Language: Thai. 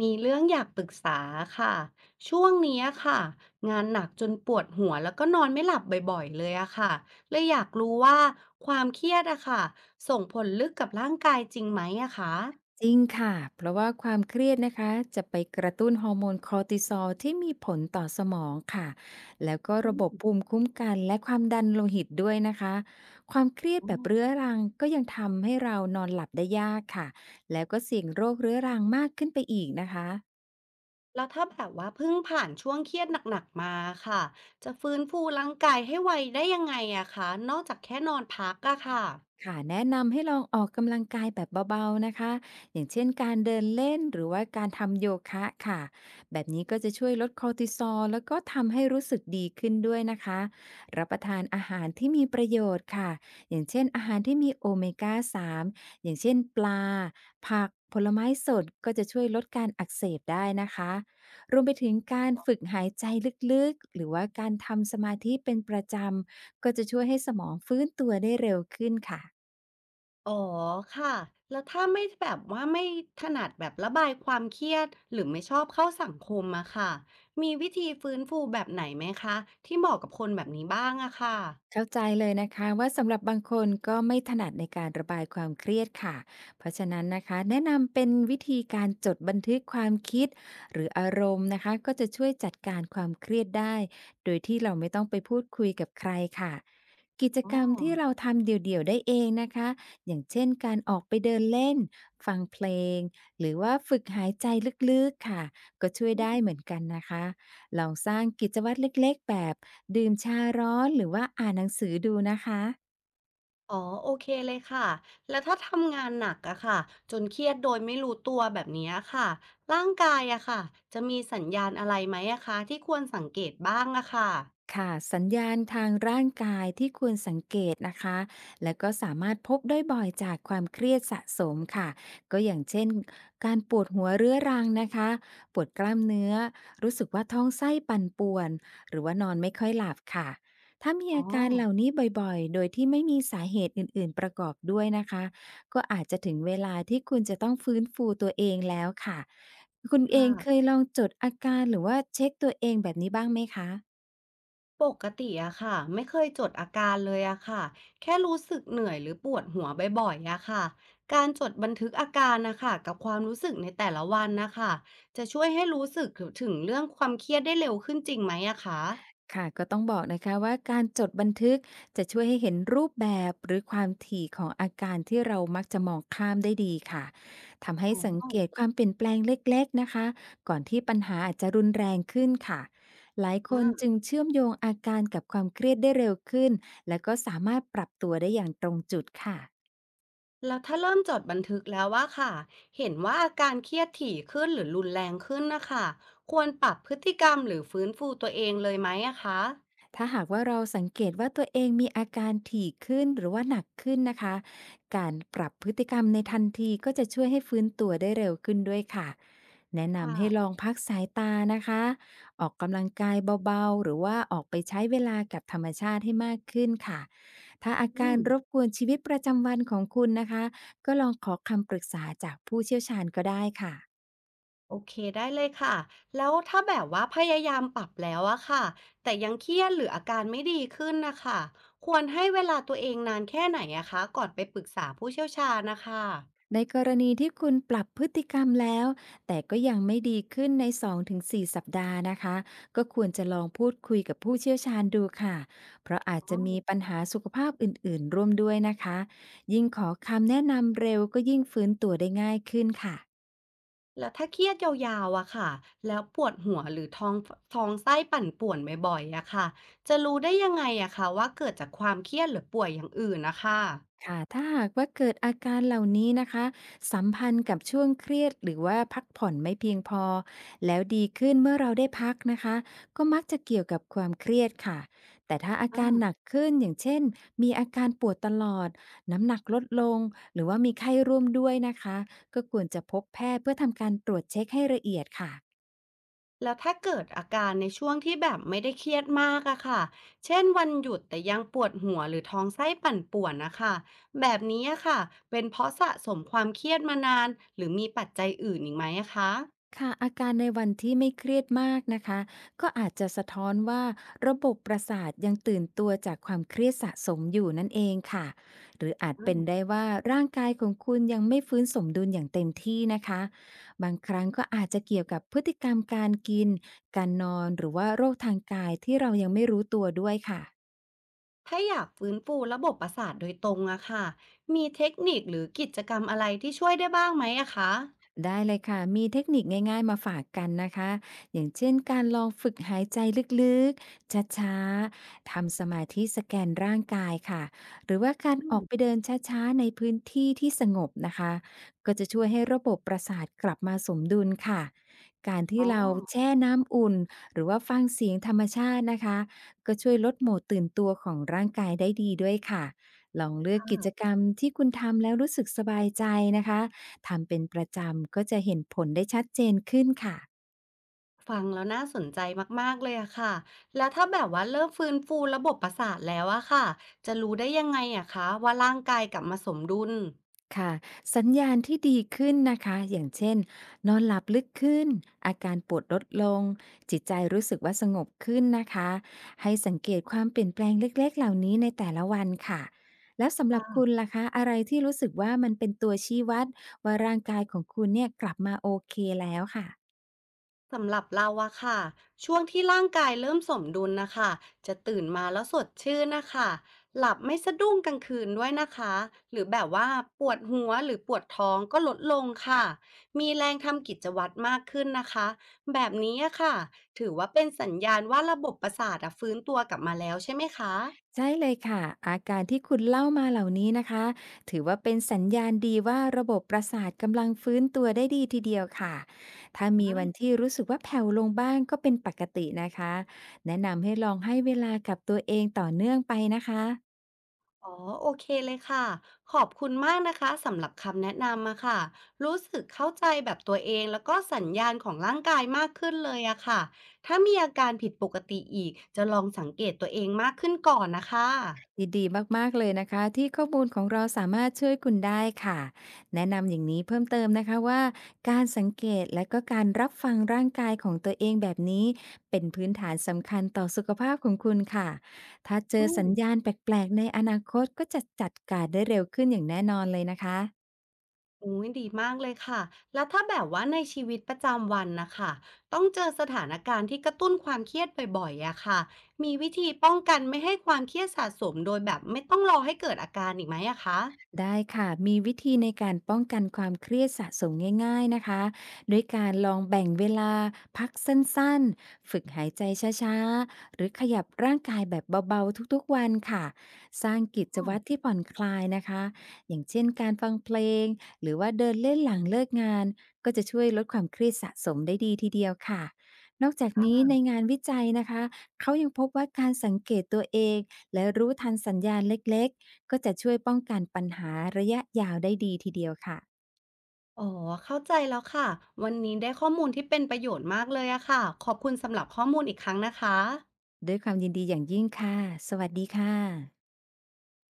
มีเรื่องอยากปรึกษาค่ะช่วงเนี้ยค่ะงานหนักจนปวดหัวแล้วก็นอนไม่หลับบ่อยๆเลยอะค่ะเลยอยากรู้ว่าความเครียดอะค่ะส่งผลลึกกับร่างกายจริงไหมอะคะจริงค่ะ เพราะว่าความเครียดนะคะจะไปกระตุ้นฮอร์โมนคอร์ติซอลที่มีผลต่อสมองค่ะ แล้วก็อืระบบมภูมิคุ้มกันและความดันโลหิตด้วยนะคะ ความเครียดอ๋แบบเรื้ออรังก็ยังทำให้เรานอนหลับได้ยากค่ะ แล้วก็เสี่ยงโรคเรื้อรังมากขึ้นไปอีกนะคะ แล้วถ้าแบบว่าเพิ่งผ่านช่วงเครียดหนักๆมาค่ะจะฟื้นฟูร่างกายให้ไวได้ยังไงอะคะนอกจากแค่นอนพักอะค่ะ ค่ะแนะนำให้ลองออกกำลังกายแบบเบาๆนะคะอย่างเช่นการเดินเล่นหรือว่าการทำโยคะค่ะแบบนี้ก็จะช่วยลดคอร์ติซอลแล้วก็ทำให้รู้สึกดีขึ้นด้วยนะคะรับประทานอาหารที่มีประโยชน์ค่ะอย่างเช่นอาหารที่มีโอเมก้า3อย่างเช่นปลาผักผลไม้สดก็จะช่วยลดการอักเสบได้นะคะรวมไปถึงการฝึกหายใจลึกๆหรือว่าการทำสมาธิเป็นประจำก็จะช่วยให้สมองฟื้นตัวได้เร็วขึ้นค่ะ อ๋อค่ะแล้วถ้าไม่แบบว่าไม่ถนัดแบบระบายความเครียดหรือไม่ชอบเข้าสังคมอะค่ะมีวิธีฟื้นฟูแบบไหนไหมคะที่เหมาะกับคนแบบนี้บ้างอะค่ะเข้าใจเลยนะคะว่าสำหรับบางคนก็ไม่ถนัดในการระบายความเครียดค่ะเพราะฉะนั้นนะคะแนะนำเป็นวิธีการจดบันทึกความคิดหรืออารมณ์นะคะก็จะช่วยจัดการความเครียดได้โดยที่เราไม่ต้องไปพูดคุยกับใครค่ะกิจอ๋อกรรมที่เราทำเดี่ยวๆได้เองนะคะอย่างเช่นการออกไปเดินเล่นฟังเพลงหรือว่าฝึกหายใจลึกๆค่ะก็ช่วยอืได้มเหมือนกันนะคะลองสร้างกิจวัตรเล็กๆแบบ ดื่มชาร้อนหรือว่าอ่านหนังสือดูนะคะ อ๋อโอเคเลยค่ะแล้วถ้าทำงานหนักอะค่ะจนเครียดโดยไม่รู้ตัวแบบนี้ค่ะร่างกายอะค่ะจะมีสัญญาณอะไรไหมอะคะที่ควรสังเกตบ้างอะค่ะค่ะสัญญาณทางร่างกายที่ควรสังเกตนะคะแล้วก็สามารถพบได้บ่อยจากความเครียดสะสมค่ะก็อย่างเช่นการปวดหัวเรื้อรังนะคะปวดกล้ามเนื้อรู้สึกว่าท้องไส้ปั่นป่วนหรือว่านอนไม่ค่อยหลับค่ะถ้ามีอ๋ออาการเหล่านี้บ่อยๆโดยที่ไม่มีสาเหตุอื่นๆประกอบด้วยนะคะก็อาจจะถึงเวลาที่คุณจะต้องฟื้นฟูตัวเองแล้วค่ะคุณเองเคค่ะ ยลองจดอาการหรือว่าเช็คตัวเองแบบนี้บ้างไหมคะ ปกติอะค่ะไม่เคยจดอาการเลยอะค่ะแค่รู้สึกเหนื่อยหรือปวดหัวบ่อยๆอะค่ะการจดบันทึกอาการนะคะกับความรู้สึกในแต่ละวันนะคะจะช่วยให้รู้สึกถึงเรื่องความเครียดได้เร็วขึ้นจริงไหมอะคะค่ะก็ต้องบอกนะคะว่าการจดบันทึกจะช่วยให้เห็นรูปแบบหรือความถี่ของอาการที่เรามักจะมองข้ามได้ดีค่ะทำให้อ๋สังอเกตความเปลี่ยนแปลงเล็กๆนะคะก่อนที่ปัญหาอาจจะรุนแรงขึ้นค่ะหลายคนอ่าจึงเชื่อมโยงอาการกับความเครียดได้เร็วขึ้นและก็สามารถปรับตัวได้อย่างตรงจุดค่ะ แล้วถ้าเริ่มจดบันทึกแล้วว่าค่ะเห็นว่าอาการเครียดถี่ขึ้นหรือรุนแรงขึ้นนะคะควรปรับพฤติกรรมหรือฟื้นฟูตัวเองเลยไหมอะคะถ้าหากว่าเราสังเกตว่าตัวเองมีอาการถี่ขึ้นหรือว่าหนักขึ้นนะคะการปรับพฤติกรรมในทันทีก็จะช่วยให้ฟื้นตัวได้เร็วขึ้นด้วยค่ะแนะค่ะนำให้ลองพักสายตานะคะออกกำลังกายเบาๆหรือว่าออกไปใช้เวลากับธรรมชาติให้มากขึ้นค่ะถ้าอาอืการม รบกวนชีวิตประจำวันของคุณนะคะก็ลองขอคำปรึกษาจากผู้เชี่ยวชาญก็ได้ค่ะ โอเคได้เลยค่ะแล้วถ้าแบบว่าพยายามปรับแล้วอะค่ะแต่ยังเครียดหรืออาการไม่ดีขึ้นนะคะควรให้เวลาตัวเองนานแค่ไหนอะคะก่อนไปปรึกษาผู้เชี่ยวชาญนะคะในกรณีที่คุณปรับพฤติกรรมแล้วแต่ก็ยังไม่ดีขึ้นใน2-4สสัปดาห์นะคะก็ควรจะลองพูดคุยกับผู้เชี่ยวชาญดูค่ะเพราะอาจอ๋อจะมีปัญหาสุขภาพอื่นๆร่วมด้วยนะคะยิ่งขอคำแนะนำเร็วก็ยิ่งฟื้นตัวได้ง่ายขึ้นค่ะ แล้วถ้าเครียดยาวๆอะค่ะแล้วปวดหัวหรือท้องท้องไส้ปั่นป่วนบ่อยๆอะค่ะจะรู้ได้ยังไงอะคะว่าเกิดจากความเครียดหรือป่วยอย่างอื่นนะคะ ค่ะถ้าหากว่าเกิดอาการเหล่านี้นะคะสัมพันธ์กับช่วงเครียดหรือว่าพักผ่อนไม่เพียงพอ แล้วดีขึ้นเมื่อเราได้พักนะคะ ก็มักจะเกี่ยวกับความเครียดค่ะ แต่ถ้าอาการหนักขึ้นอย่างเช่น มีอาการปวดตลอด น้ำหนักลดลง หรือว่ามีไข้ร่วมด้วยนะคะ ก็ควรจะพบแพทย์เพื่อทำการตรวจเช็คให้ละเอียดค่ะ แล้วถ้าเกิดอาการในช่วงที่แบบไม่ได้เครียดมากอะค่ะเช่นวันหยุดแต่ยังปวดหัวหรือท้องไส้ปั่นป่วนนะคะแบบนี้อะค่ะเป็นเพราะสะสมความเครียดมานานหรือมีปัจจัยอื่นอีกไหมอะคะค่ะอาการในวันที่ไม่เครียดมากนะคะก็อาจจะสะท้อนว่าระบบประสาทยังตื่นตัวจากความเครียดสะสมอยู่นั่นเองค่ะหรืออาจอืเป็นมได้ว่าร่างกายของคุณยังไม่ฟื้นสมดุลอย่างเต็มที่นะคะบางครั้งก็อาจจะเกี่ยวกับพฤติกรรมการกินการนอนหรือว่าโรคทางกายที่เรายังไม่รู้ตัวด้วยค่ะ ถ้าอยากฟื้นฟูระบบประสาทโดยตรงอะค่ะมีเทคนิคหรือกิจกรรมอะไรที่ช่วยได้บ้างไหมอะคะได้เลยค่ะมีเทคนิคง่ายๆมาฝากกันนะคะอย่างเช่นการลองฝึกหายใจลึกๆช้าๆทำสมาธิสแกนร่างกายค่ะหรือว่าการอือมอกไปเดินช้าๆในพื้นที่ที่สงบนะคะก็จะช่วยให้ระบบประสาทกลับมาสมดุลค่ะการที่อ๋อเราแช่น้ำอุ่นหรือว่าฟังเสียงธรรมชาตินะคะก็ช่วยลดโหมดตื่นตัวของร่างกายได้ดีด้วยค่ะลองเลือกกิจค่ะ กรรมที่คุณทำแล้วรู้สึกสบายใจนะคะ ทำเป็นประจำก็จะเห็นผลได้ชัดเจนขึ้นค่ะฟังแล้วน่าสนใจมากๆเลยอะค่ะ แล้วถ้าแบบว่าเริ่มฟื้นฟูระบบประสาทแล้วอะค่ะ จะรู้ได้ยังไงอะคะว่าร่างกายกลับมาสมดุล ค่ะสัญญาณที่ดีขึ้นนะคะอย่างเช่นนอนหลับลึกขึ้นอาการปวดลดลงจิตใจรู้สึกว่าสงบขึ้นนะคะให้สังเกตความเปลี่ยนแปลงเล็กๆเหล่านี้ในแต่ละวันค่ะแล้วสำหรับคุณล่ะคะอะไรที่รู้สึกว่ามันเป็นตัวชี้วัดว่าร่างกายของคุณเนี่ยกลับมาโอเคแล้วค่ะ สำหรับเราอะค่ะช่วงที่ร่างกายเริ่มสมดุลนะคะจะตื่นมาแล้วสดชื่นนะคะหลับไม่สะดุ้งกลางคืนด้วยนะคะหรือแบบว่าปวดหัวหรือปวดท้องก็ลดลงค่ะมีแรงทำกิจวัตรมากขึ้นนะคะแบบนี้อะค่ะถือว่าเป็นสัญญาณว่าระบบประสาทอะฟื้นตัวกลับมาแล้วใช่ไหมคะ ใช่เลยค่ะอาการที่คุณเล่ามาเหล่านี้นะคะถือว่าเป็นสัญญาณดีว่าระบบประสาทกำลังฟื้นตัวได้ดีทีเดียวค่ะถ้ามีวันที่รู้สึกว่าแผ่วลงบ้างก็เป็นปกตินะคะแนะนำให้ลองให้เวลากับตัวเองต่อเนื่องไปนะคะ อ๋อโอเคเลยค่ะขอบคุณมากนะคะสำหรับคำแนะนำอะค่ะรู้สึกเข้าใจแบบตัวเองแล้วก็สัญญาณของร่างกายมากขึ้นเลยอะค่ะถ้ามีอาการผิดปกติอีกจะลองสังเกตตัวเองมากขึ้นก่อนนะคะยินดีมากๆเลยนะคะที่ข้อมูลของเราสามารถช่วยคุณได้ค่ะแนะนำอย่างนี้เพิ่มเติมนะคะว่าการสังเกตและก็การรับฟังร่างกายของตัวเองแบบนี้เป็นพื้นฐานสำคัญต่อสุขภาพของคุณค่ะถ้าเจอือมสัญญาณแปลกๆในอนาคตก็จะจัดการได้เร็วขึ้นอย่างแน่นอนเลยนะคะ อุ้ยดีมากเลยค่ะแล้วถ้าแบบว่าในชีวิตประจำวันนะคะต้องเจอสถานการณ์ที่กระตุ้นความเครียดบ่อยๆอะค่ะมีวิธีป้องกันไม่ให้ความเครียดสะสมโดยแบบไม่ต้องรอให้เกิดอาการอีกไหมอะคะได้ค่ะมีวิธีในการป้องกันความเครียดสะสมง่ายๆนะคะโดยการลองแบ่งเวลาพักสั้นๆฝึกหายใจช้าๆหรือขยับร่างกายแบบเบาๆทุกๆวันค่ะสร้างกิจอ๋อวัตรที่ผ่อนคลายนะคะอย่างเช่นการฟังเพลงหรือว่าเดินเล่นหลังเลิกงานก็จะช่วยลดความเครียดสะสมได้ดีทีเดียวค่ะนอกจากนี้ในค่ะ งานวิจัยนะคะเขายังพบว่าการสังเกตตัวเองและรู้ทันสัญญาณเล็กๆ ก็จะช่วยป้องกันปัญหาระยะยาวได้ดีทีเดียวค่ะอ๋อเข้าใจแล้วค่ะวันนี้ได้ข้อมูลที่เป็นประโยชน์มากเลยอะค่ะขอบคุณสำหรับข้อมูลอีกครั้งนะคะด้วยความยินดีอย่างยิ่งค่ะ สวัสดีค่ะ